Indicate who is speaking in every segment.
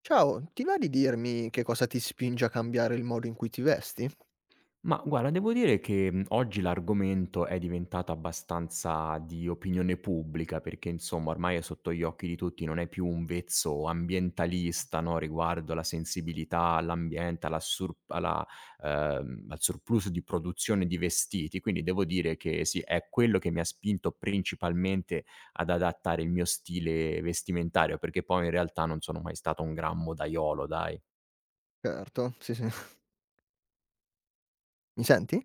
Speaker 1: Ciao, ti va di dirmi che cosa ti spinge a cambiare il modo in cui ti vesti?
Speaker 2: Ma guarda, devo dire che, oggi l'argomento è diventato abbastanza di opinione pubblica, perché insomma ormai è sotto gli occhi di tutti, non è più un vezzo ambientalista, no, riguardo alla sensibilità all'ambiente, alla sur alla al surplus di produzione di vestiti. Quindi devo dire che sì, è quello che mi ha spinto principalmente ad adattare il mio stile vestimentario, perché poi in realtà non sono mai stato un gran modaiolo, dai.
Speaker 1: Certo, sì, sì. Mi senti?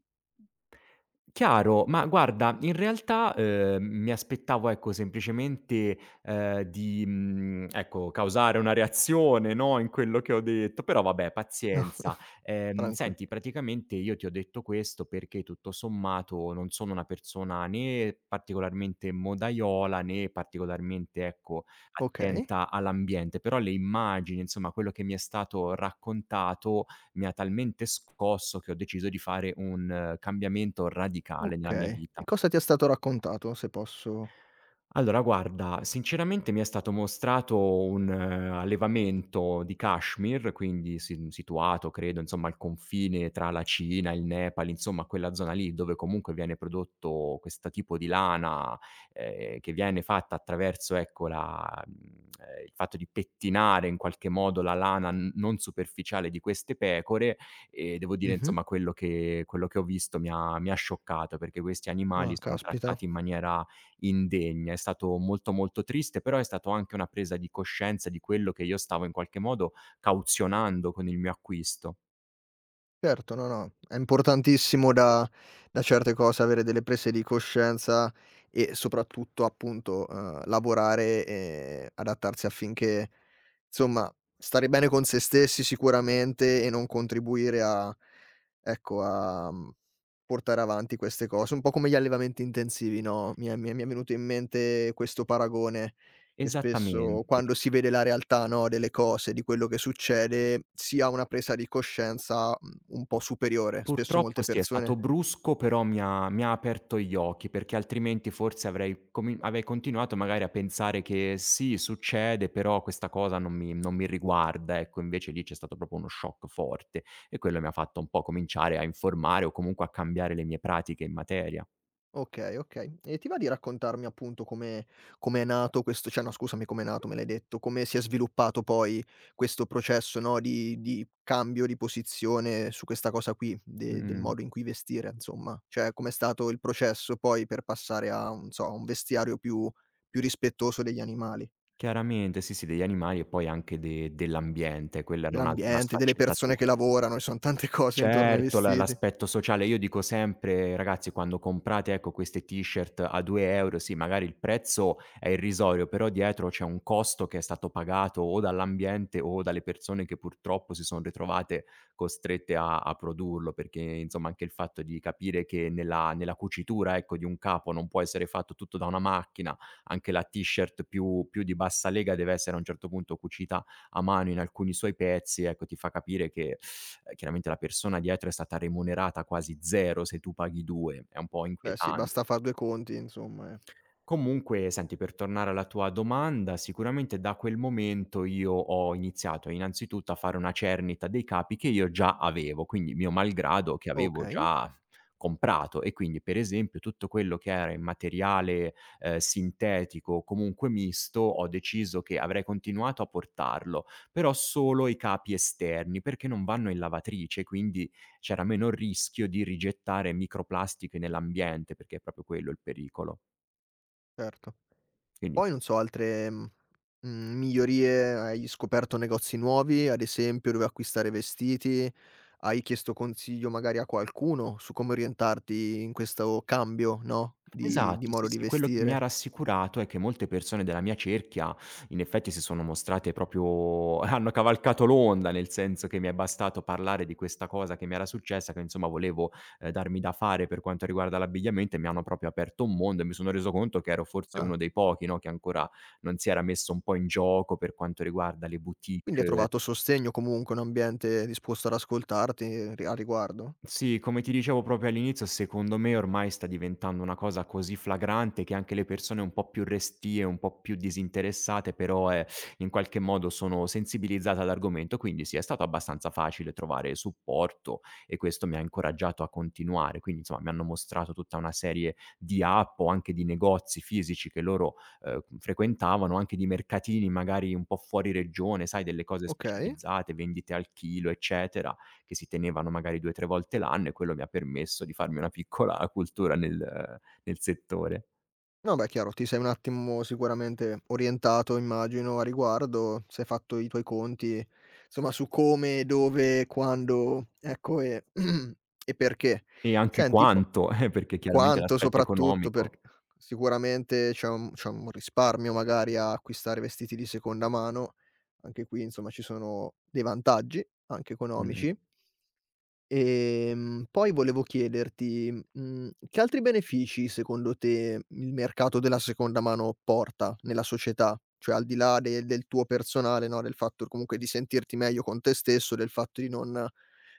Speaker 2: Chiaro, ma guarda, in realtà, mi aspettavo, ecco, semplicemente, ecco, causare una reazione, no, in quello che ho detto, però vabbè,
Speaker 1: No,
Speaker 2: pazienza.
Speaker 1: tranqui,
Speaker 2: Senti, praticamente io ti ho detto questo perché, tutto sommato, non sono una persona né particolarmente modaiola, né particolarmente, ecco,
Speaker 1: okay,
Speaker 2: attenta all'ambiente, però le immagini, insomma, quello che mi è stato raccontato mi ha talmente scosso che ho deciso di fare un cambiamento radicale nella mia
Speaker 1: okay. E
Speaker 2: vita.
Speaker 1: cosa ti è stato raccontato, se posso.
Speaker 2: Allora guarda, sinceramente mi è stato mostrato un allevamento di Kashmir, quindi si situato credo, insomma, al confine tra la Cina, il Nepal, insomma quella zona lì dove comunque viene prodotto questo tipo di lana, che viene fatta attraverso, ecco, il fatto di pettinare in qualche modo la lana n non superficiale di queste pecore, e devo dire
Speaker 1: Mh-mh.
Speaker 2: insomma quello che ho visto mi ha scioccato, perché questi animali
Speaker 1: Ah,
Speaker 2: sono
Speaker 1: caspita.
Speaker 2: trattati in maniera indegna. È stato molto, molto triste, però è stato anche una presa di coscienza di quello che io stavo in qualche modo cauzionando con il mio acquisto.
Speaker 1: Certo, no, no, è importantissimo da certe cose avere delle prese di coscienza e soprattutto appunto, lavorare e adattarsi affinché, insomma, stare bene con se stessi sicuramente e non contribuire a ecco, portare avanti queste cose. Un po' come gli allevamenti intensivi, no, mi è venuto in mente questo paragone che spesso
Speaker 2: Esattamente,
Speaker 1: quando
Speaker 2: che
Speaker 1: si vede la realtà, no, delle cose, di quello che succede, si ha una presa di coscienza un po' superiore, spesso
Speaker 2: purtroppo
Speaker 1: molte
Speaker 2: sì, è stato
Speaker 1: persone.
Speaker 2: brusco, però mi ha aperto gli occhi, perché altrimenti forse avrei continuato magari a pensare che: "Sì, succede, però questa cosa non mi riguarda", ecco. Invece lì c'è stato proprio uno shock forte e quello mi ha fatto un po' cominciare a informare o comunque a cambiare le mie pratiche in materia.
Speaker 1: Okay, okay. E ti va di raccontarmi appunto come è nato questo, cioè no scusami, come è nato me l'hai detto, come si è sviluppato poi questo processo, no, di cambio di posizione su questa cosa qui, de del
Speaker 2: Mh.
Speaker 1: modo in cui vestire insomma. Cioè com'è stato il processo poi per passare a, non so, a un vestiario più rispettoso degli animali,
Speaker 2: Chiaramente, sì, sì, degli animali e poi anche de dell'ambiente, quella era un'altra
Speaker 1: dell'ambiente, delle persone che
Speaker 2: sfaccettatura.
Speaker 1: lavorano, e son tante cose intorno ai
Speaker 2: Certo, la
Speaker 1: vestiti.
Speaker 2: l'aspetto sociale. Io dico sempre: "Ragazzi, quando comprate, ecco, queste t-shirt a 2 €, sì, magari il prezzo è irrisorio, però dietro c'è un costo che è stato pagato o dall'ambiente o dalle persone che purtroppo si son ritrovate costrette a produrlo." Perché, insomma, anche il fatto di capire che nella cucitura, ecco, di un capo non può essere fatto tutto da una macchina, anche la t-shirt più di bassa lega deve essere a un certo punto cucita a mano in alcuni suoi pezzi, ecco, ti fa capire che chiaramente la persona dietro è stata remunerata quasi 0 se tu paghi 2, è un po'
Speaker 1: Beh sì, basta
Speaker 2: inquietante.
Speaker 1: far 2 conti insomma, eh.
Speaker 2: Comunque, senti, per tornare alla tua domanda, sicuramente da quel momento io ho iniziato innanzitutto a fare una cernita dei capi che io già avevo, quindi mio malgrado che avevo
Speaker 1: Okay,
Speaker 2: già comprato e quindi per esempio tutto quello che era in materiale sintetico o comunque misto ho deciso che avrei continuato a portarlo, però solo i capi esterni perché non vanno in lavatrice, quindi c'era meno il rischio di rigettare microplastiche nell'ambiente perché è proprio quello il pericolo.
Speaker 1: certo.
Speaker 2: Quindi
Speaker 1: Poi
Speaker 2: sì.
Speaker 1: non so altre, migliorie, hai scoperto negozi nuovi, ad esempio, dove acquistare vestiti? Hai chiesto consiglio magari a qualcuno su come orientarti in questo cambio, no, di
Speaker 2: Esatto, sì,
Speaker 1: modo di
Speaker 2: sì, quello che mi ha
Speaker 1: vestire?
Speaker 2: rassicurato è che molte persone della mia cerchia in effetti si sono mostrate proprio hanno cavalcato l'onda, nel senso che mi è bastato parlare di questa cosa che mi era successa, che insomma volevo, darmi da fare per quanto riguarda l'abbigliamento e mi hanno proprio aperto un mondo e mi sono reso conto che ero forse
Speaker 1: Ah,
Speaker 2: uno dei pochi, no, che ancora non si era messo un po' in gioco per quanto riguarda le
Speaker 1: quindi hai
Speaker 2: boutique.
Speaker 1: trovato sostegno comunque, un ambiente disposto ad ascoltarti ri a riguardo.
Speaker 2: Sì, come ti dicevo proprio all'inizio, secondo me ormai sta diventando una cosa così flagrante che anche le persone un po' più restie, un po' più disinteressate, però in qualche modo sono sensibilizzate all'argomento, quindi sì, è stato abbastanza facile trovare supporto e questo mi ha incoraggiato a continuare. Quindi, insomma, mi hanno mostrato tutta una serie di app o anche di negozi fisici che loro frequentavano, anche di mercatini magari un po' fuori regione, sai, delle cose
Speaker 1: Okay.
Speaker 2: specializzate, vendite al chilo, eccetera che si tenevano magari 2, 3 volte l'anno e quello mi ha permesso di farmi una piccola cultura nel settore.
Speaker 1: No, beh chiaro, ti sei un attimo sicuramente orientato immagino a riguardo, se hai fatto i tuoi conti, insomma su come, dove, quando, ecco, e e perché.
Speaker 2: E anche
Speaker 1: Senti po
Speaker 2: quanto, perché chiaramente
Speaker 1: quanto
Speaker 2: l'aspetto
Speaker 1: soprattutto perc
Speaker 2: economico.
Speaker 1: sicuramente c'è un risparmio magari a acquistare vestiti di seconda mano, anche qui insomma ci sono dei vantaggi, anche economici.
Speaker 2: Mh-mh.
Speaker 1: Poi volevo chiederti, che altri benefici secondo te il mercato della seconda mano porta nella società? Cioè al di là de del tuo personale, no, del fatto comunque di sentirti meglio con te stesso, del fatto di non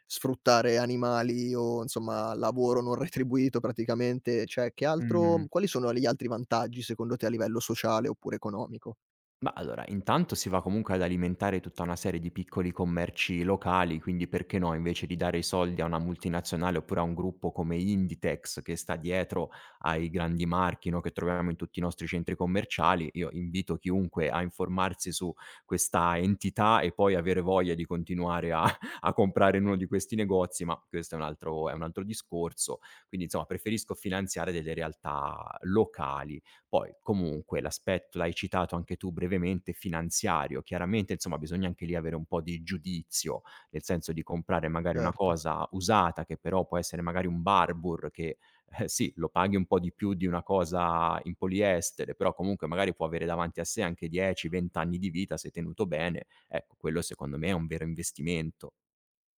Speaker 1: sfruttare animali o insomma lavoro non retribuito praticamente, cioè che altro,
Speaker 2: Mh.
Speaker 1: quali sono gli altri vantaggi secondo te a livello sociale oppure economico?
Speaker 2: Ma allora, intanto si va comunque ad alimentare tutta una serie di piccoli commerci locali, quindi perché no, invece di dare i soldi a una multinazionale oppure a un gruppo come Inditex che sta dietro ai grandi marchi no, che troviamo in tutti i nostri centri commerciali, io invito chiunque a informarsi su questa entità e poi avere voglia di continuare a, a comprare in uno di questi negozi, ma questo è un altro discorso. Quindi insomma preferisco finanziare delle realtà locali poi comunque l'aspetto, l'hai citato anche tu brevemente, finanziario, chiaramente insomma bisogna anche lì avere un po' di giudizio, nel senso di comprare magari una
Speaker 1: Certo.
Speaker 2: cosa usata che però può essere magari un Barbour che, sì, lo paghi un po' di più di una cosa in poliestere, però comunque magari può avere davanti a sé anche 10, 20 anni di vita se tenuto bene. Ecco, quello secondo me è un vero investimento.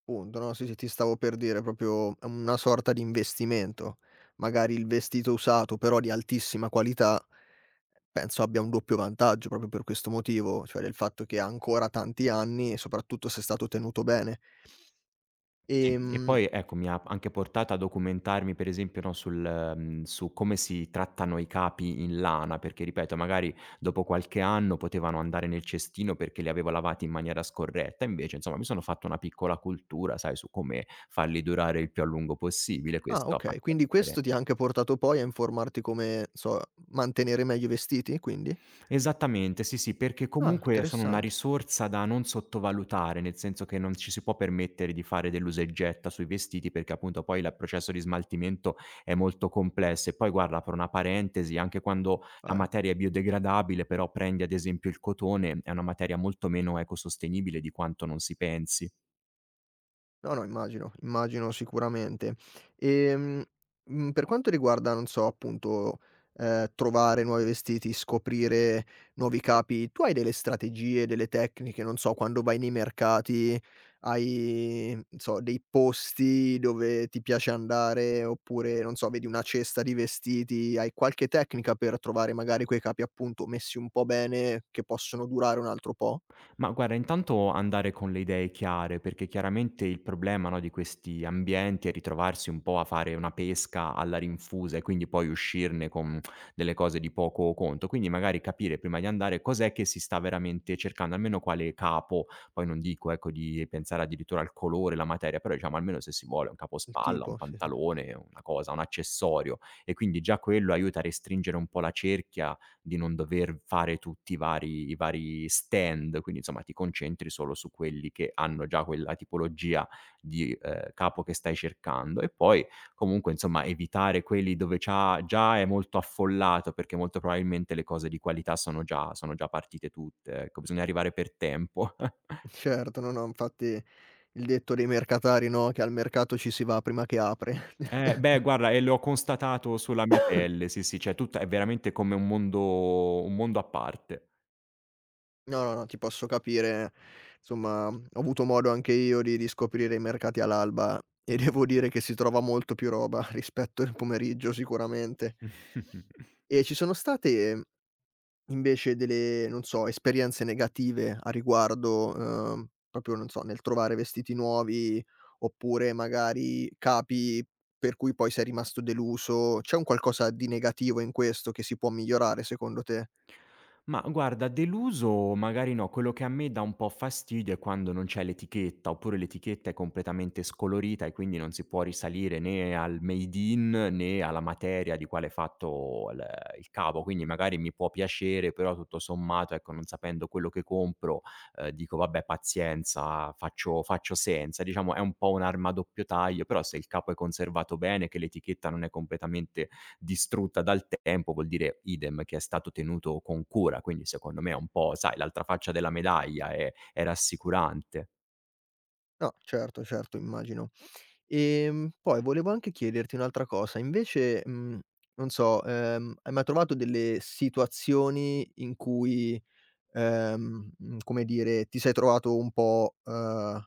Speaker 1: Punto, no, sì, sì, ti stavo per dire, proprio è una sorta di investimento. Magari il vestito usato, però di altissima qualità, penso abbia un doppio vantaggio proprio per questo motivo, cioè del fatto che ha ancora tanti anni e soprattutto se è stato tenuto bene.
Speaker 2: Sì, e
Speaker 1: Ehm,
Speaker 2: poi ecco, mi ha anche portato a documentarmi per esempio, no, sul su come si trattano i capi in lana, perché ripeto, magari dopo qualche anno potevano andare nel cestino perché li avevo lavati in maniera scorretta, invece insomma mi sono fatto una piccola cultura, sai, su come farli durare il più a lungo possibile,
Speaker 1: ah,
Speaker 2: questo ha
Speaker 1: okay,
Speaker 2: fatto la
Speaker 1: quindi
Speaker 2: differen.
Speaker 1: questo ti ha anche portato poi a informarti come, non so, mantenere meglio i vestiti quindi?
Speaker 2: Esattamente, sì, sì, perché
Speaker 1: Ah,
Speaker 2: comunque sono una
Speaker 1: interessante.
Speaker 2: risorsa da non sottovalutare, nel senso che non ci si può permettere di fare dell'usa e getta sui vestiti, perché appunto poi il processo di smaltimento è molto complesso. E poi guarda, per una parentesi, anche quando la
Speaker 1: Vai.
Speaker 2: materia è biodegradabile, però prendi ad esempio il cotone, è una materia molto meno ecosostenibile di quanto non si pensi.
Speaker 1: No, no, immagino, immagino sicuramente. Ehm, per quanto riguarda, non so, appunto, trovare nuovi vestiti, scoprire nuovi capi, tu hai delle strategie, delle tecniche, non so, quando vai nei mercati hai, non so, dei posti dove ti piace andare oppure, non so, vedi una cesta di vestiti, hai qualche tecnica per trovare magari quei capi, appunto, messi un po' bene che possono durare un altro po'?
Speaker 2: Ma guarda, intanto andare con le idee chiare, perché chiaramente il problema, no, di questi ambienti è ritrovarsi un po' a fare una pesca alla rinfusa e quindi poi uscirne con delle cose di poco conto. Quindi magari capire prima di andare cos'è che si sta veramente cercando, almeno quale capo, poi non dico ecco di pensare addirittura al colore, la materia, però diciamo almeno se si vuole un
Speaker 1: Il
Speaker 2: capospalla, un
Speaker 1: tipo, sì, sì.
Speaker 2: pantalone, una cosa, un accessorio e quindi già quello aiuta a restringere un po' la cerchia di non dover fare tutti i vari stand, quindi insomma ti concentri solo su quelli che hanno già quella tipologia di capo che stai cercando. E poi comunque insomma evitare quelli dove c'ha già è molto affollato, perché molto probabilmente le cose di qualità sono già partite tutte, ecco. Bisogna arrivare per tempo.
Speaker 1: Certo, no, no, infatti il detto dei mercatari, no, che al mercato ci si va prima che apre.
Speaker 2: Beh guarda, e l'ho constatato sulla mia pelle, sì, sì, cioè tutta è veramente come un mondo a parte.
Speaker 1: No, no, no, ti posso capire. Insomma, ho avuto modo anche io di scoprire i mercati all'alba e devo dire che si trova molto più roba rispetto al pomeriggio sicuramente. E ci sono state invece delle, non so, esperienze negative a riguardo, proprio, non so, nel trovare vestiti nuovi, oppure magari capi per cui poi sei rimasto deluso. C'è un qualcosa di negativo in questo che si può migliorare secondo te?
Speaker 2: Ma guarda, deluso magari no, quello che a me dà un po' fastidio è quando non c'è l'etichetta, oppure l'etichetta è completamente scolorita e quindi non si può risalire né al made in né alla materia di quale è fatto il capo. Quindi magari mi può piacere, però tutto sommato, ecco, non sapendo quello che compro, dico vabbè, pazienza, faccio senza. Diciamo, è un po' un'arma a doppio taglio, però se il capo è conservato bene, che l'etichetta non è completamente distrutta dal tempo, vuol dire idem che è stato tenuto con cura, quindi secondo me è un po', sai, l'altra faccia della medaglia, è rassicurante.
Speaker 1: No, certo, certo, immagino. Poi volevo anche chiederti un'altra cosa, invece, non so, hai mai trovato delle situazioni in cui, come dire, ti sei trovato un po',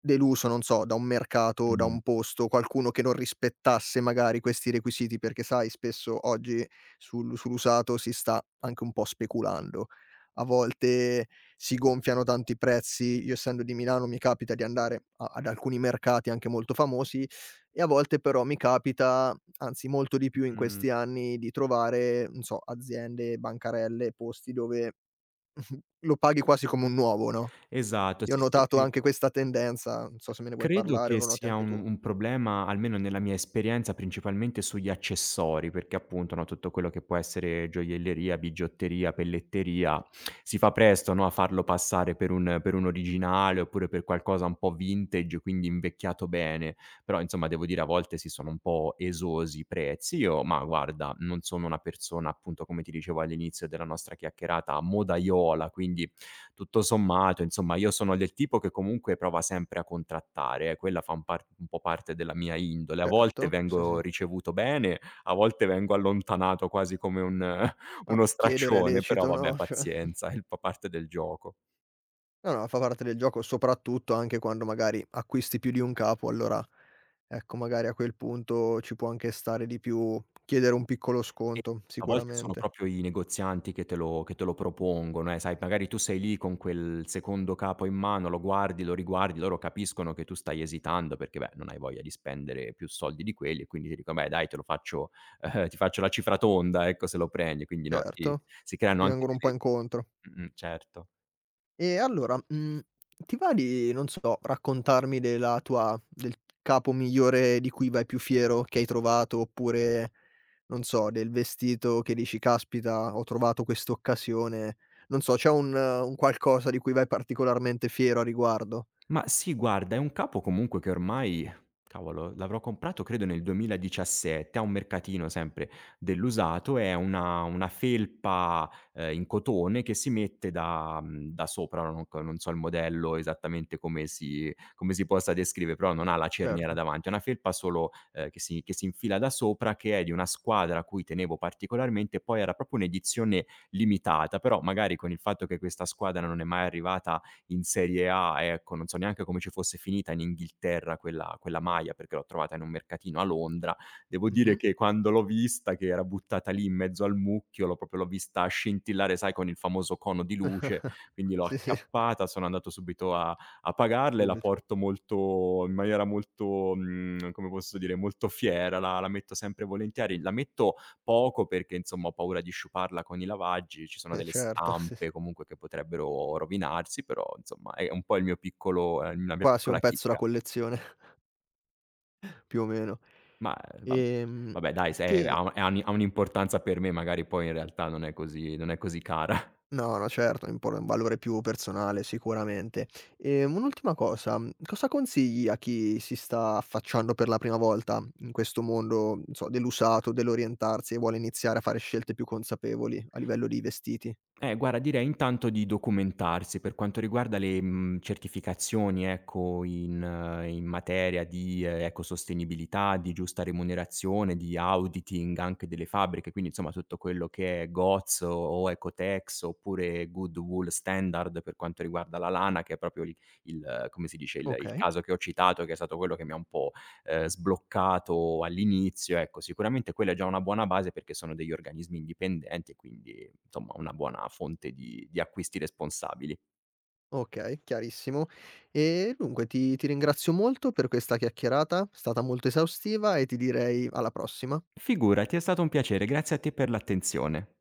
Speaker 1: deluso, non so, da un mercato, da
Speaker 2: Mh,
Speaker 1: un posto, qualcuno che non rispettasse magari questi requisiti, perché sai spesso oggi sull'usato si sta anche un po' speculando. A volte si gonfiano tanto i prezzi, io essendo di Milano mi capita di andare a ad alcuni mercati anche molto famosi e a volte però mi capita, anzi molto di più in
Speaker 2: mh.
Speaker 1: questi anni, di trovare, non so, aziende, bancarelle, posti dove lo paghi quasi come un nuovo, no?
Speaker 2: Esatto,
Speaker 1: Io ho
Speaker 2: sì,
Speaker 1: notato
Speaker 2: sì.
Speaker 1: anche questa tendenza, non so se me ne vuoi
Speaker 2: Credo
Speaker 1: parlare o
Speaker 2: che
Speaker 1: lo noti
Speaker 2: sia
Speaker 1: anche
Speaker 2: un
Speaker 1: tu.
Speaker 2: un problema, almeno nella mia esperienza, principalmente sugli accessori, perché appunto, no, tutto quello che può essere gioielleria, bigiotteria, pelletteria, si fa presto, no, a farlo passare per un originale, oppure per qualcosa un po' vintage, quindi invecchiato bene. Però insomma devo dire a volte sì, sono un po' esosi i prezzi. Io ma guarda, non sono una persona appunto, come ti dicevo all'inizio della nostra chiacchierata, modaiola, quindi tutto sommato, insomma, io sono del tipo che comunque prova sempre a contrattare, quella fa un po' parte della mia indole. A volte
Speaker 1: Certo, sì, sì.
Speaker 2: vengo ricevuto bene, a volte vengo allontanato quasi come un uno
Speaker 1: Vabbè, chiedere è
Speaker 2: straccione, però
Speaker 1: lecito,
Speaker 2: vabbè
Speaker 1: no, cioè no,
Speaker 2: pazienza, è il fa parte del gioco.
Speaker 1: no, fa parte del gioco, soprattutto anche quando magari acquisti più di un capo, allora ecco, magari a quel punto ci può anche stare di più chiedere un piccolo
Speaker 2: E
Speaker 1: sconto,
Speaker 2: a volte sono
Speaker 1: sicuramente.
Speaker 2: proprio i negozianti che te lo propongono, sai, magari tu sei lì con quel secondo capo in mano, lo guardi, lo riguardi, loro capiscono che tu stai esitando perché, beh, non hai voglia di spendere più soldi di quelli e quindi ti dicono: "Beh dai te lo faccio ti faccio la cifra tonda, ecco, se lo prendi." Quindi no, si
Speaker 1: Certo,
Speaker 2: si creano
Speaker 1: ti
Speaker 2: anche
Speaker 1: vengono un po'
Speaker 2: delle.
Speaker 1: incontro.
Speaker 2: Mh-mh, certo.
Speaker 1: E allora, ti va di, non so, raccontarmi del capo migliore di cui vai più fiero che hai trovato, oppure non so, del vestito che dici: "Caspita, ho trovato quest'occasione." Non so, c'è un qualcosa di cui vai particolarmente fiero a riguardo?
Speaker 2: Ma sì, guarda, è un capo comunque che ormai cavolo, l'avrò comprato credo nel 2017 a un mercatino sempre dell'usato, è una felpa, in cotone che si mette da da sopra, ora non so il modello esattamente come si possa descrivere, però non ha la cerniera
Speaker 1: Certo.
Speaker 2: davanti, è una felpa solo, che si infila da sopra, che è di una squadra a cui tenevo particolarmente, poi era proprio un'edizione limitata, però magari con il fatto che questa squadra non è mai arrivata in Serie A, ecco, non so neanche come ci fosse finita in Inghilterra quella maglia, perché l'ho trovata in un mercatino a Londra. Devo dire
Speaker 1: Mh-mh.
Speaker 2: che quando l'ho vista, che era buttata lì in mezzo al mucchio, l'ho vista scintillare, sai, con il famoso cono di luce, quindi l'ho
Speaker 1: Sì, sì,
Speaker 2: acchiappata, sono andato subito a pagarla e la
Speaker 1: subito.
Speaker 2: porto molto in maniera molto, come posso dire, molto fiera, la metto sempre volentieri, la metto poco perché insomma ho paura di sciuparla con i lavaggi, ci sono
Speaker 1: Eh
Speaker 2: delle
Speaker 1: certo, sì, sì.
Speaker 2: stampe comunque che potrebbero rovinarsi, però insomma è un po' il mio piccolo la mia
Speaker 1: Quasi un
Speaker 2: piccola
Speaker 1: pezzo da
Speaker 2: chicca.
Speaker 1: collezione, più o meno.
Speaker 2: Ma, va
Speaker 1: Ehm,
Speaker 2: vabbè dai
Speaker 1: s
Speaker 2: se
Speaker 1: che
Speaker 2: ha un'importanza per me, magari poi in realtà non è così cara.
Speaker 1: No, no, certo, è un po' un valore più personale sicuramente. Un'ultima cosa, cosa consigli a chi si sta affacciando per la prima volta in questo mondo, non so, dell'usato, dell'orientarsi e vuole iniziare a fare scelte più consapevoli a livello di vestiti?
Speaker 2: Guarda direi intanto di documentarsi per quanto riguarda le, certificazioni ecco in in materia di ecosostenibilità, di giusta remunerazione, di auditing anche delle fabbriche, quindi insomma tutto quello che è GOTS o Ecotex oppure Good Wool Standard per quanto riguarda la lana che è proprio il come si dice, il
Speaker 1: Okay,
Speaker 2: caso che ho citato che è stato quello che mi ha un po' sbloccato all'inizio, ecco, sicuramente quella è già una buona base perché sono degli organismi indipendenti e quindi, insomma, una buona fonte di acquisti responsabili.
Speaker 1: okay, chiarissimo. E dunque ti ringrazio molto per questa chiacchierata, è stata molto esaustiva e ti direi alla prossima.
Speaker 2: Figurati, è stato un piacere, grazie a te per l'attenzione.